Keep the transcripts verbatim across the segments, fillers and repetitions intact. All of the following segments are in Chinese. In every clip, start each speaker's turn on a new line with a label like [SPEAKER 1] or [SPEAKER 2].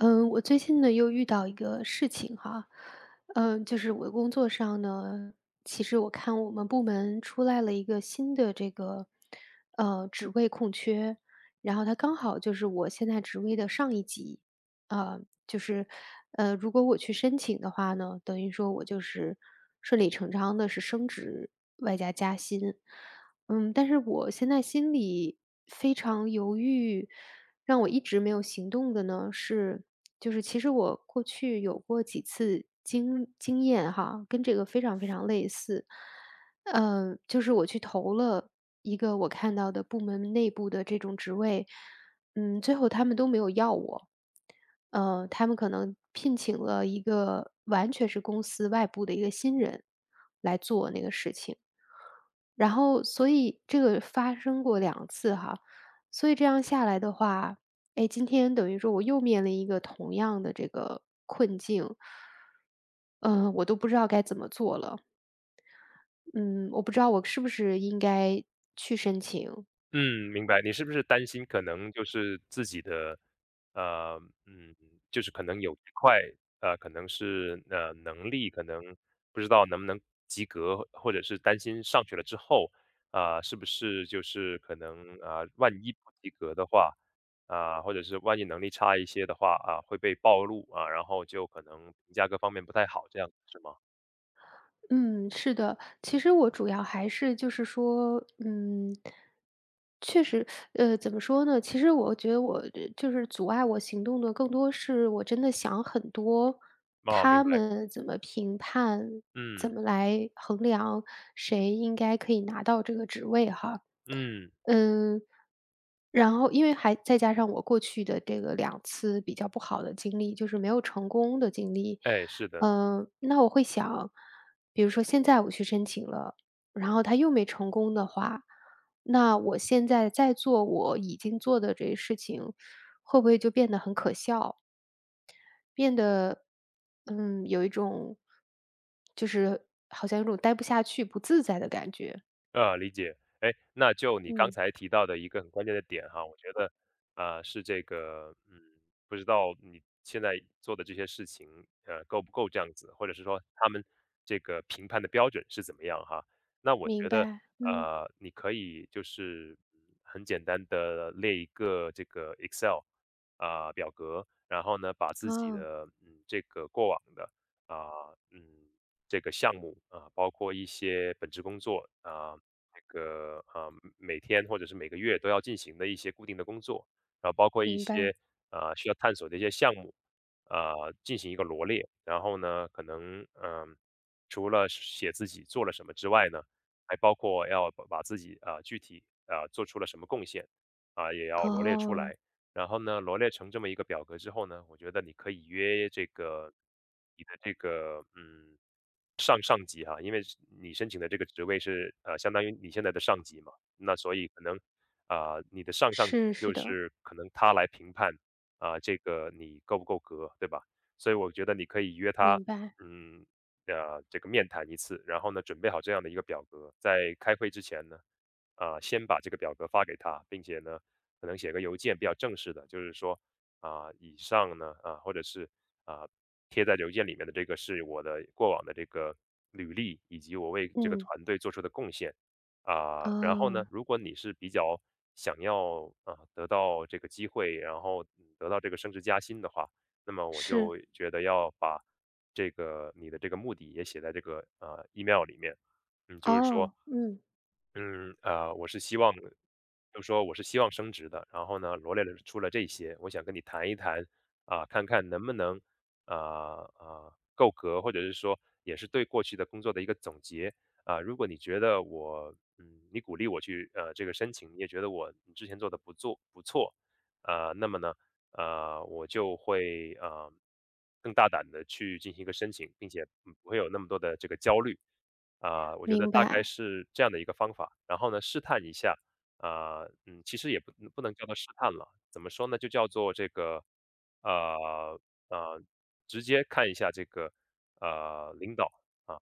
[SPEAKER 1] 嗯，我最近呢又遇到一个事情哈，嗯，就是我工作上呢，其实我看我们部门出来了一个新的这个呃职位空缺，然后它刚好就是我现在职位的上一级，啊、就是呃，如果我去申请的话呢，等于说我就是顺理成章的是升职外加加薪，嗯，但是我现在心里非常犹豫，让我一直没有行动的呢是，就是其实我过去有过几次经经验哈，跟这个非常非常类似。嗯，就是我去投了一个我看到的部门内部的这种职位，嗯，最后他们都没有要我。呃，他们可能聘请了一个完全是公司外部的一个新人来做那个事情，然后所以这个发生过两次哈，所以这样下来的话，哎，今天等于说我又面临一个同样的这个困境，嗯，呃我都不知道该怎么做了。嗯，我不知道我是不是应该去申请，
[SPEAKER 2] 嗯，明白。你是不是担心可能就是自己的，呃，嗯，就是可能有一块，呃，可能是呃能力，可能不知道能不能及格，或者是担心上去了之后，啊、是不是就是可能啊、万一不及格的话，啊、或者是万一能力差一些的话，啊、会被暴露啊、然后就可能评价各方面不太好，这样是吗？
[SPEAKER 1] 嗯，是的。其实我主要还是就是说，嗯，确实，呃，怎么说呢？其实我觉得我呃就是阻碍我行动的，更多是我真的想很多，
[SPEAKER 2] 哦，明
[SPEAKER 1] 他
[SPEAKER 2] 白。
[SPEAKER 1] 们怎么评判，怎
[SPEAKER 2] 嗯
[SPEAKER 1] 么来衡量谁应该可以拿到这个职位哈。
[SPEAKER 2] 嗯，
[SPEAKER 1] 嗯，然后因为还再加上我过去的这个两次比较不好的经历，就是没有成功的经历。
[SPEAKER 2] 哎，是的。
[SPEAKER 1] 嗯，那我会想，比如说现在我去申请了，然后他又没成功的话，那我现在再做我已经做的这些事情，会不会就变得很可笑？变得，嗯，有一种就是好像有种待不下去、不自在的感觉。
[SPEAKER 2] 呃，理解。哎，那就你刚
[SPEAKER 1] 嗯，
[SPEAKER 2] 才提到的一个很关键的点哈，我觉得，啊、是这个，嗯，不知道你现在做的这些事情，呃，够不够这样子，或者是说他们这个评判的标准是怎么样哈？那我
[SPEAKER 1] 明
[SPEAKER 2] 觉得，
[SPEAKER 1] 白。嗯，
[SPEAKER 2] 呃，你可以就是嗯很简单的列一个这个 Excel 啊、表格，然后呢，把自己
[SPEAKER 1] 哦，
[SPEAKER 2] 的嗯这个过往的啊、嗯这个项目啊、包括一些本职工作啊。这个啊，每天或者是每个月都要进行的一些固定的工作，然后包括一
[SPEAKER 1] 明
[SPEAKER 2] 些
[SPEAKER 1] 白。
[SPEAKER 2] 呃需要探索的一些项目，呃，进行一个罗列。然后呢，可能嗯、呃除了写自己做了什么之外呢，还包括要把把自己啊、呃具体啊、呃做出了什么贡献啊、也要罗列出
[SPEAKER 1] 哦，
[SPEAKER 2] 来。然后呢，罗列成这么一个表格之后呢，我觉得你可以约这个你的这个嗯上上级哈、因为是你申请的这个职位是呃相当于你现在的上级嘛，那所以可能啊、你的上上级
[SPEAKER 1] 是
[SPEAKER 2] 就
[SPEAKER 1] 是的，
[SPEAKER 2] 是可能他来评判啊、这个你够不够格，对吧？所以我觉得你可以约他
[SPEAKER 1] 明白。
[SPEAKER 2] 嗯呃这个面谈一次，然后呢准备好这样的一个表格，在开会之前呢。啊、先把这个表格发给他，并且呢，可能写个邮件比较正式的，就是说啊、以上呢啊、或者是啊、贴在邮件里面的这个是我的过往的这个履历，以及我为这个
[SPEAKER 1] 嗯，
[SPEAKER 2] 团队做出的贡献啊、然后呢，
[SPEAKER 1] 哦，
[SPEAKER 2] 如果你是比较想要啊、得到这个机会，然后嗯得到这个升职加薪的话，那么我就
[SPEAKER 1] 是，
[SPEAKER 2] 觉得要把这个你的这个目的也写在这个呃 email 里面。嗯，就是说
[SPEAKER 1] 哦，嗯，
[SPEAKER 2] 嗯，啊，我是希望就说我是希望升职的，然后呢，罗列了出了这些，我想跟你谈一谈，啊，看看能不能，啊啊，够格，或者是说也是对过去的工作的一个总结啊。如果你觉得我，嗯，你鼓励我去，呃，这个申请，你也觉得我之前做的不做不错，啊，那么呢，呃，我就会啊更大胆的去进行一个申请，并且嗯不会有那么多的这个焦虑。啊，我觉得
[SPEAKER 1] 明
[SPEAKER 2] 大概
[SPEAKER 1] 白。
[SPEAKER 2] 是这样的一个方法。然后呢，试探一下，啊，嗯，其实也不不能叫做试探了，怎么说呢？就叫做这个，呃呃，直接看一下这个呃领导啊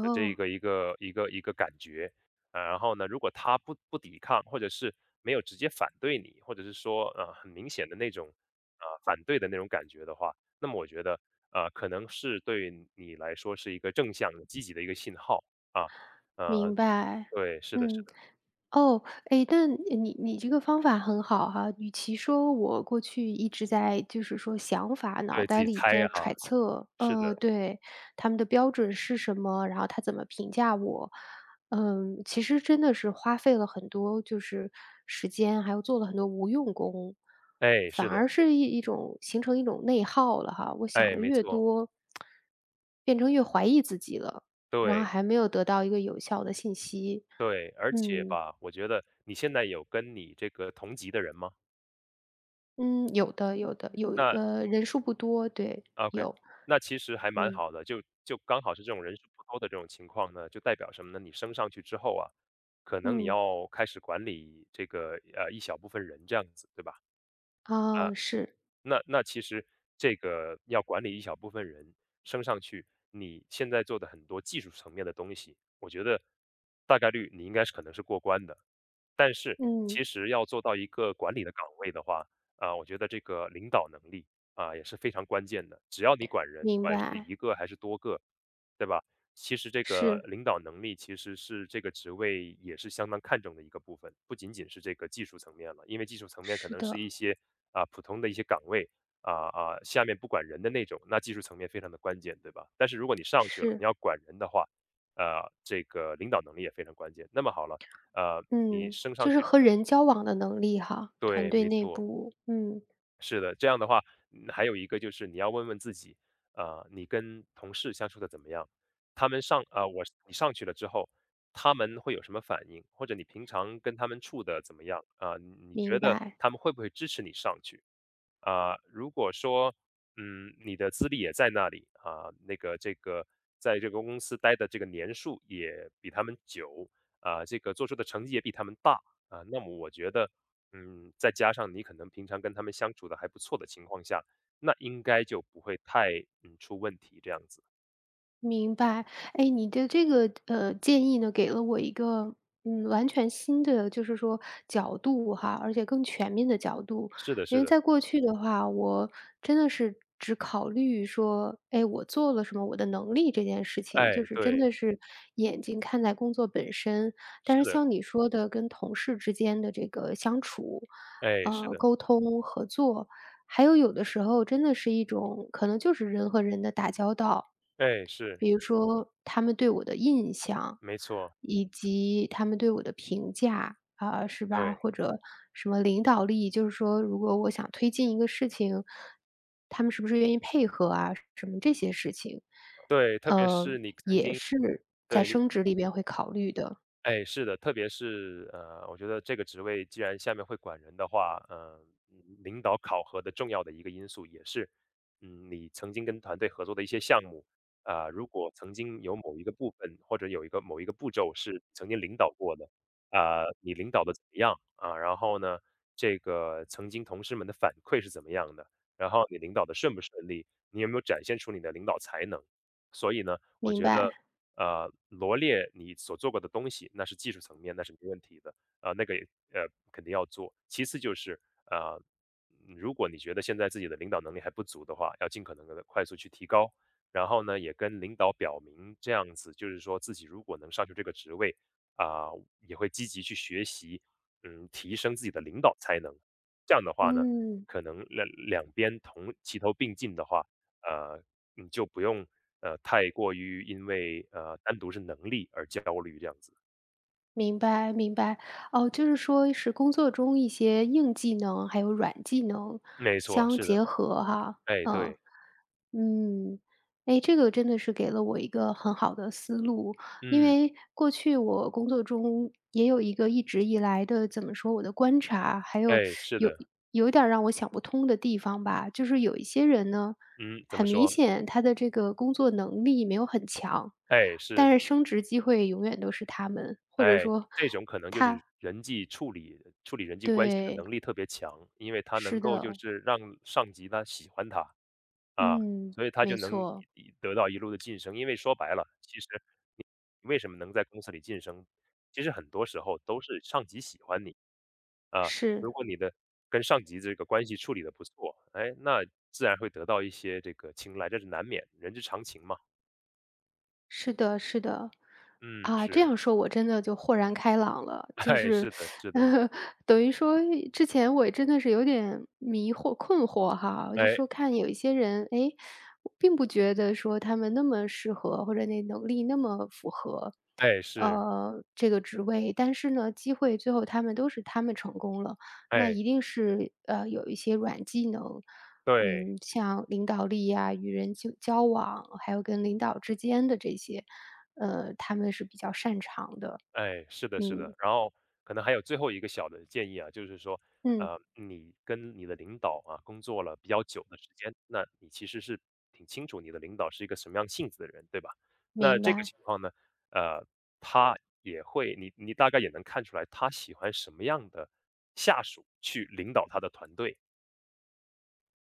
[SPEAKER 2] 的这一个一个一个一个感觉。啊，然后呢，如果他不不抵抗，或者是没有直接反对你，或者是说呃很明显的那种啊、呃反对的那种感觉的话，那么我觉得呃可能是对你来说是一个正向的积极的一个信号。啊，呃，
[SPEAKER 1] 明白，
[SPEAKER 2] 对，是的是
[SPEAKER 1] 嗯。
[SPEAKER 2] 的，
[SPEAKER 1] 哦，哎，但你你这个方法很好哈，与其说我过去一直在就是说想法脑
[SPEAKER 2] 对，自
[SPEAKER 1] 袋
[SPEAKER 2] 己
[SPEAKER 1] 里
[SPEAKER 2] 猜呀
[SPEAKER 1] 在
[SPEAKER 2] 哈，
[SPEAKER 1] 揣测，
[SPEAKER 2] 是
[SPEAKER 1] 呃，
[SPEAKER 2] 的，
[SPEAKER 1] 对，他们的标准是什么，然后他怎么评价我，嗯，其实真的是花费了很多就是时间，还有做了很多无用功，
[SPEAKER 2] 哎，
[SPEAKER 1] 反
[SPEAKER 2] 是的，
[SPEAKER 1] 而是一一种形成一种内耗了哈。我想
[SPEAKER 2] 哎，
[SPEAKER 1] 的
[SPEAKER 2] 没
[SPEAKER 1] 越
[SPEAKER 2] 错，
[SPEAKER 1] 多，变成越怀疑自己了，然后
[SPEAKER 2] 对
[SPEAKER 1] 还没有得到一个有效的信息，
[SPEAKER 2] 对，而且
[SPEAKER 1] 嗯。
[SPEAKER 2] 吧，我觉得你现在有跟你这个同级的人吗？
[SPEAKER 1] 嗯，有的有的，有
[SPEAKER 2] 那
[SPEAKER 1] 呃，人数不多，对，
[SPEAKER 2] 啊 OK，
[SPEAKER 1] 有。
[SPEAKER 2] 那其实还蛮
[SPEAKER 1] 嗯，
[SPEAKER 2] 好的，就就刚好是这种人数不多的这种情况呢，就代表什么呢？你升上去之后啊，可能你
[SPEAKER 1] 嗯，
[SPEAKER 2] 要开始管理这个呃一小部分人这样子，对吧？
[SPEAKER 1] 啊，是，
[SPEAKER 2] 那那其实这个要管理一小部分人升上去，你现在做的很多技术层面的东西，我觉得大概率你应该是可能是过关的。但是
[SPEAKER 1] 嗯，
[SPEAKER 2] 其实要做到一个管理的岗位的话，啊，我觉得这个领导能力啊也是非常关键的。只要你管人，不
[SPEAKER 1] 明
[SPEAKER 2] 管是
[SPEAKER 1] 白，
[SPEAKER 2] 一个还是多个，对吧？其实这个
[SPEAKER 1] 是，
[SPEAKER 2] 领导能力其实是这个职位也是相当看重的一个部分，不仅仅是这个技术层面了，因为技术层面可
[SPEAKER 1] 是
[SPEAKER 2] 能是
[SPEAKER 1] 的，
[SPEAKER 2] 一些啊普通的一些岗位啊啊下面不管人的那种，那技术层面非常的关键，对吧？但是如果你上去了，你
[SPEAKER 1] 是，
[SPEAKER 2] 要管人的话，呃，这个领导能力也非常关键。那么好了。呃，你
[SPEAKER 1] 嗯，
[SPEAKER 2] 升上
[SPEAKER 1] 就是
[SPEAKER 2] 去
[SPEAKER 1] 和人交往的能力哈，团
[SPEAKER 2] 对，
[SPEAKER 1] 队
[SPEAKER 2] 没
[SPEAKER 1] 内
[SPEAKER 2] 错，
[SPEAKER 1] 部，嗯，
[SPEAKER 2] 是的。这样的话，嗯还有一个就是你要问问自己，呃，你跟同事相处的怎么样？他们上啊，我你上去了之后，他们会有什么反应？或者你平常跟他们处的怎么样？啊，你你觉
[SPEAKER 1] 明
[SPEAKER 2] 得
[SPEAKER 1] 白。
[SPEAKER 2] 他们会不会支持你上去？啊，如果说，嗯，你的资历也在那里，啊，那个这个在这个公司待的这个年数也比他们久，啊，这个做出的成绩也比他们大，啊，那么我觉得嗯，再加上你可能平常跟他们相处的还不错的情况下，那应该就不会太，嗯，出问题这样子。
[SPEAKER 1] 明白，哎，你的这个呃建议呢，给了我一个嗯完全新的，就是说角度哈，而且更全面的角度。
[SPEAKER 2] 是的
[SPEAKER 1] 因
[SPEAKER 2] 是
[SPEAKER 1] 为
[SPEAKER 2] 的，
[SPEAKER 1] 在过去的话，我真的是只考虑说，哎，我做了什么，我的能力这件事情，就
[SPEAKER 2] 哎，
[SPEAKER 1] 是真
[SPEAKER 2] 对，
[SPEAKER 1] 的是眼睛看在工作本身。但
[SPEAKER 2] 是
[SPEAKER 1] 是
[SPEAKER 2] 的，
[SPEAKER 1] 像你说的，跟同事之间的这个相处，
[SPEAKER 2] 哎，是
[SPEAKER 1] 呃，
[SPEAKER 2] 的，
[SPEAKER 1] 沟通合作，还有有的时候真的是一种可能就是人和人的打交道。
[SPEAKER 2] 哎，是，
[SPEAKER 1] 比如说他们对我的印象，
[SPEAKER 2] 没错，
[SPEAKER 1] 以及他们对我的评价，啊，是吧？
[SPEAKER 2] 对，
[SPEAKER 1] 或者什么领导力，就是说如果我想推进一个事情，他们是不是愿意配合啊，什么这些事情，
[SPEAKER 2] 对，特别
[SPEAKER 1] 呃，
[SPEAKER 2] 是你曾
[SPEAKER 1] 也
[SPEAKER 2] 经
[SPEAKER 1] 是在
[SPEAKER 2] 对，你。
[SPEAKER 1] 升职里边会考虑的，
[SPEAKER 2] 哎，是的，特别是呃，我觉得这个职位既然下面会管人的话，呃嗯领导考核的重要的一个因素也是，嗯，你曾经跟团队合作的一些项目，啊、如果曾经有某一个部分或者有一个某一个步骤是曾经领导过的，啊、你领导的怎么样啊？然后呢，这个曾经同事们的反馈是怎么样的？然后你领导的顺不顺利？你有没有展现出你的领导才能？所以呢，我
[SPEAKER 1] 明
[SPEAKER 2] 觉得
[SPEAKER 1] 白，
[SPEAKER 2] 呃，罗列你所做过的东西，那是技术层面，那是没问题的，呃，那个也呃，肯定要做。其次就是，呃，嗯如果你觉得现在自己的领导能力还不足的话，要尽可能的快速去提高。然后呢，也跟领导表明这样子，就是说自己如果能上去这个职位，啊、也会积极去学习，嗯，提升自己的领导才能。这样的话呢，
[SPEAKER 1] 嗯。
[SPEAKER 2] 可能两两边同齐头并进的话，呃，你就不用，呃，太过于因为，呃，单独是能力而焦虑这样子。
[SPEAKER 1] 明白明白。哦，就是说是工作中一些硬技能，还有软技能
[SPEAKER 2] 没错，
[SPEAKER 1] 相
[SPEAKER 2] 是的，
[SPEAKER 1] 结合哈。
[SPEAKER 2] 哎，
[SPEAKER 1] 嗯。
[SPEAKER 2] 对，
[SPEAKER 1] 嗯，哎，这个真的是给了我一个很好的思路。因
[SPEAKER 2] 嗯，
[SPEAKER 1] 为过去我工作中也有一个一直以来的怎么说，我的观察，还有
[SPEAKER 2] 哎，是
[SPEAKER 1] 有
[SPEAKER 2] 的，
[SPEAKER 1] 有一点儿让我想不通的地方吧。就是有一些人呢
[SPEAKER 2] 嗯，怎么
[SPEAKER 1] 很明
[SPEAKER 2] 说？
[SPEAKER 1] 显，他的这个工作能力没有很强，
[SPEAKER 2] 哎，是，
[SPEAKER 1] 但是升职机会永远都是他们，或者
[SPEAKER 2] 哎，
[SPEAKER 1] 说
[SPEAKER 2] 这种可能就是人际处理处理人际关系的
[SPEAKER 1] 对，
[SPEAKER 2] 能力特别强，因为他能
[SPEAKER 1] 是
[SPEAKER 2] 够就
[SPEAKER 1] 的，
[SPEAKER 2] 是让上级他喜欢他。啊，
[SPEAKER 1] 嗯，
[SPEAKER 2] 所以他就
[SPEAKER 1] 没
[SPEAKER 2] 能
[SPEAKER 1] 错，
[SPEAKER 2] 一得到一路的晋升。因为说白了，其实你为什么能在公司里晋升，其实很多时候都是上级喜欢你。啊，
[SPEAKER 1] 是。
[SPEAKER 2] 如果你的跟上级这个关系处理的不错，哎，那自然会得到一些这个青睐，这是难免，人之常情嘛。
[SPEAKER 1] 是的，是的。
[SPEAKER 2] 嗯，
[SPEAKER 1] 啊，这
[SPEAKER 2] 是，
[SPEAKER 1] 样说我真的就豁然开朗了，就
[SPEAKER 2] 哎，
[SPEAKER 1] 是
[SPEAKER 2] 是的，是 的，
[SPEAKER 1] 呃等于说之前我真的是有点迷惑、困惑哈，我就
[SPEAKER 2] 哎，
[SPEAKER 1] 说看有一些人，哎，我并不觉得说他们那么适合，或者那能力那么符合，
[SPEAKER 2] 哎，是，
[SPEAKER 1] 呃，这个职位，但是呢，机会最后他们都是他们成功了，那
[SPEAKER 2] 哎，
[SPEAKER 1] 一定是，呃，有一些软技能。
[SPEAKER 2] 对。
[SPEAKER 1] 嗯，像领导力呀、与人际交往，还有跟领导之间的这些，呃，他们是比较擅长的。
[SPEAKER 2] 哎，是的，是的。
[SPEAKER 1] 嗯
[SPEAKER 2] 然后可能还有最后一个小的建议啊，就是说，
[SPEAKER 1] 嗯，
[SPEAKER 2] 呃，你跟你的领导啊工作了比较久的时间，那你其实是挺清楚你的领导是一个什么样性子的人，对吧？那
[SPEAKER 1] 明
[SPEAKER 2] 这个
[SPEAKER 1] 白。
[SPEAKER 2] 情况呢，呃，他也会，你你大概也能看出来他喜欢什么样的下属去领导他的团队。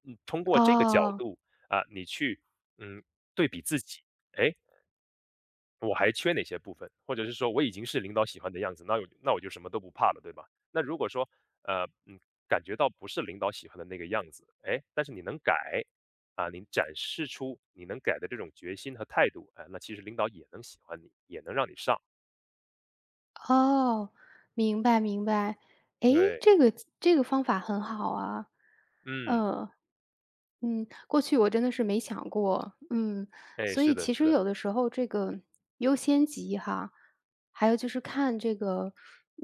[SPEAKER 2] 嗯，通过这个角
[SPEAKER 1] 哦
[SPEAKER 2] 度啊，你去嗯对比自己，哎，我还缺哪些部分，或者是说我已经是领导喜欢的样子，那我那我就什么都不怕了，对吧？那如果说，呃，嗯，感觉到不是领导喜欢的那个样子，哎，但是你能改，啊，你展示出你能改的这种决心和态度，哎，那其实领导也能喜欢你，也能让你上。
[SPEAKER 1] 哦，明白明白。诶，
[SPEAKER 2] 对，
[SPEAKER 1] 这个这个方法很好啊，
[SPEAKER 2] 嗯，
[SPEAKER 1] 嗯。嗯，过去我真的是没想过，嗯，
[SPEAKER 2] 哎，
[SPEAKER 1] 所
[SPEAKER 2] 是
[SPEAKER 1] 以
[SPEAKER 2] 的，
[SPEAKER 1] 其
[SPEAKER 2] 是
[SPEAKER 1] 实
[SPEAKER 2] 的，
[SPEAKER 1] 有的时候这个优先级哈，还有就是看这个，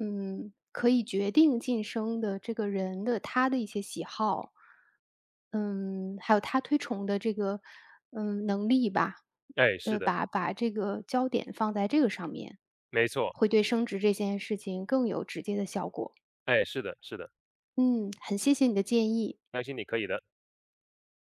[SPEAKER 1] 嗯，可以决定晋升的这个人的他的一些喜好，嗯，还有他推崇的这个，嗯，能力吧，
[SPEAKER 2] 哎，是
[SPEAKER 1] 呃，
[SPEAKER 2] 的，
[SPEAKER 1] 把把这个焦点放在这个上面，
[SPEAKER 2] 没错，
[SPEAKER 1] 会对升职这件事情更有直接的效果。
[SPEAKER 2] 哎，是的，是的，
[SPEAKER 1] 嗯，很谢谢你的建议。
[SPEAKER 2] 相信你可以的。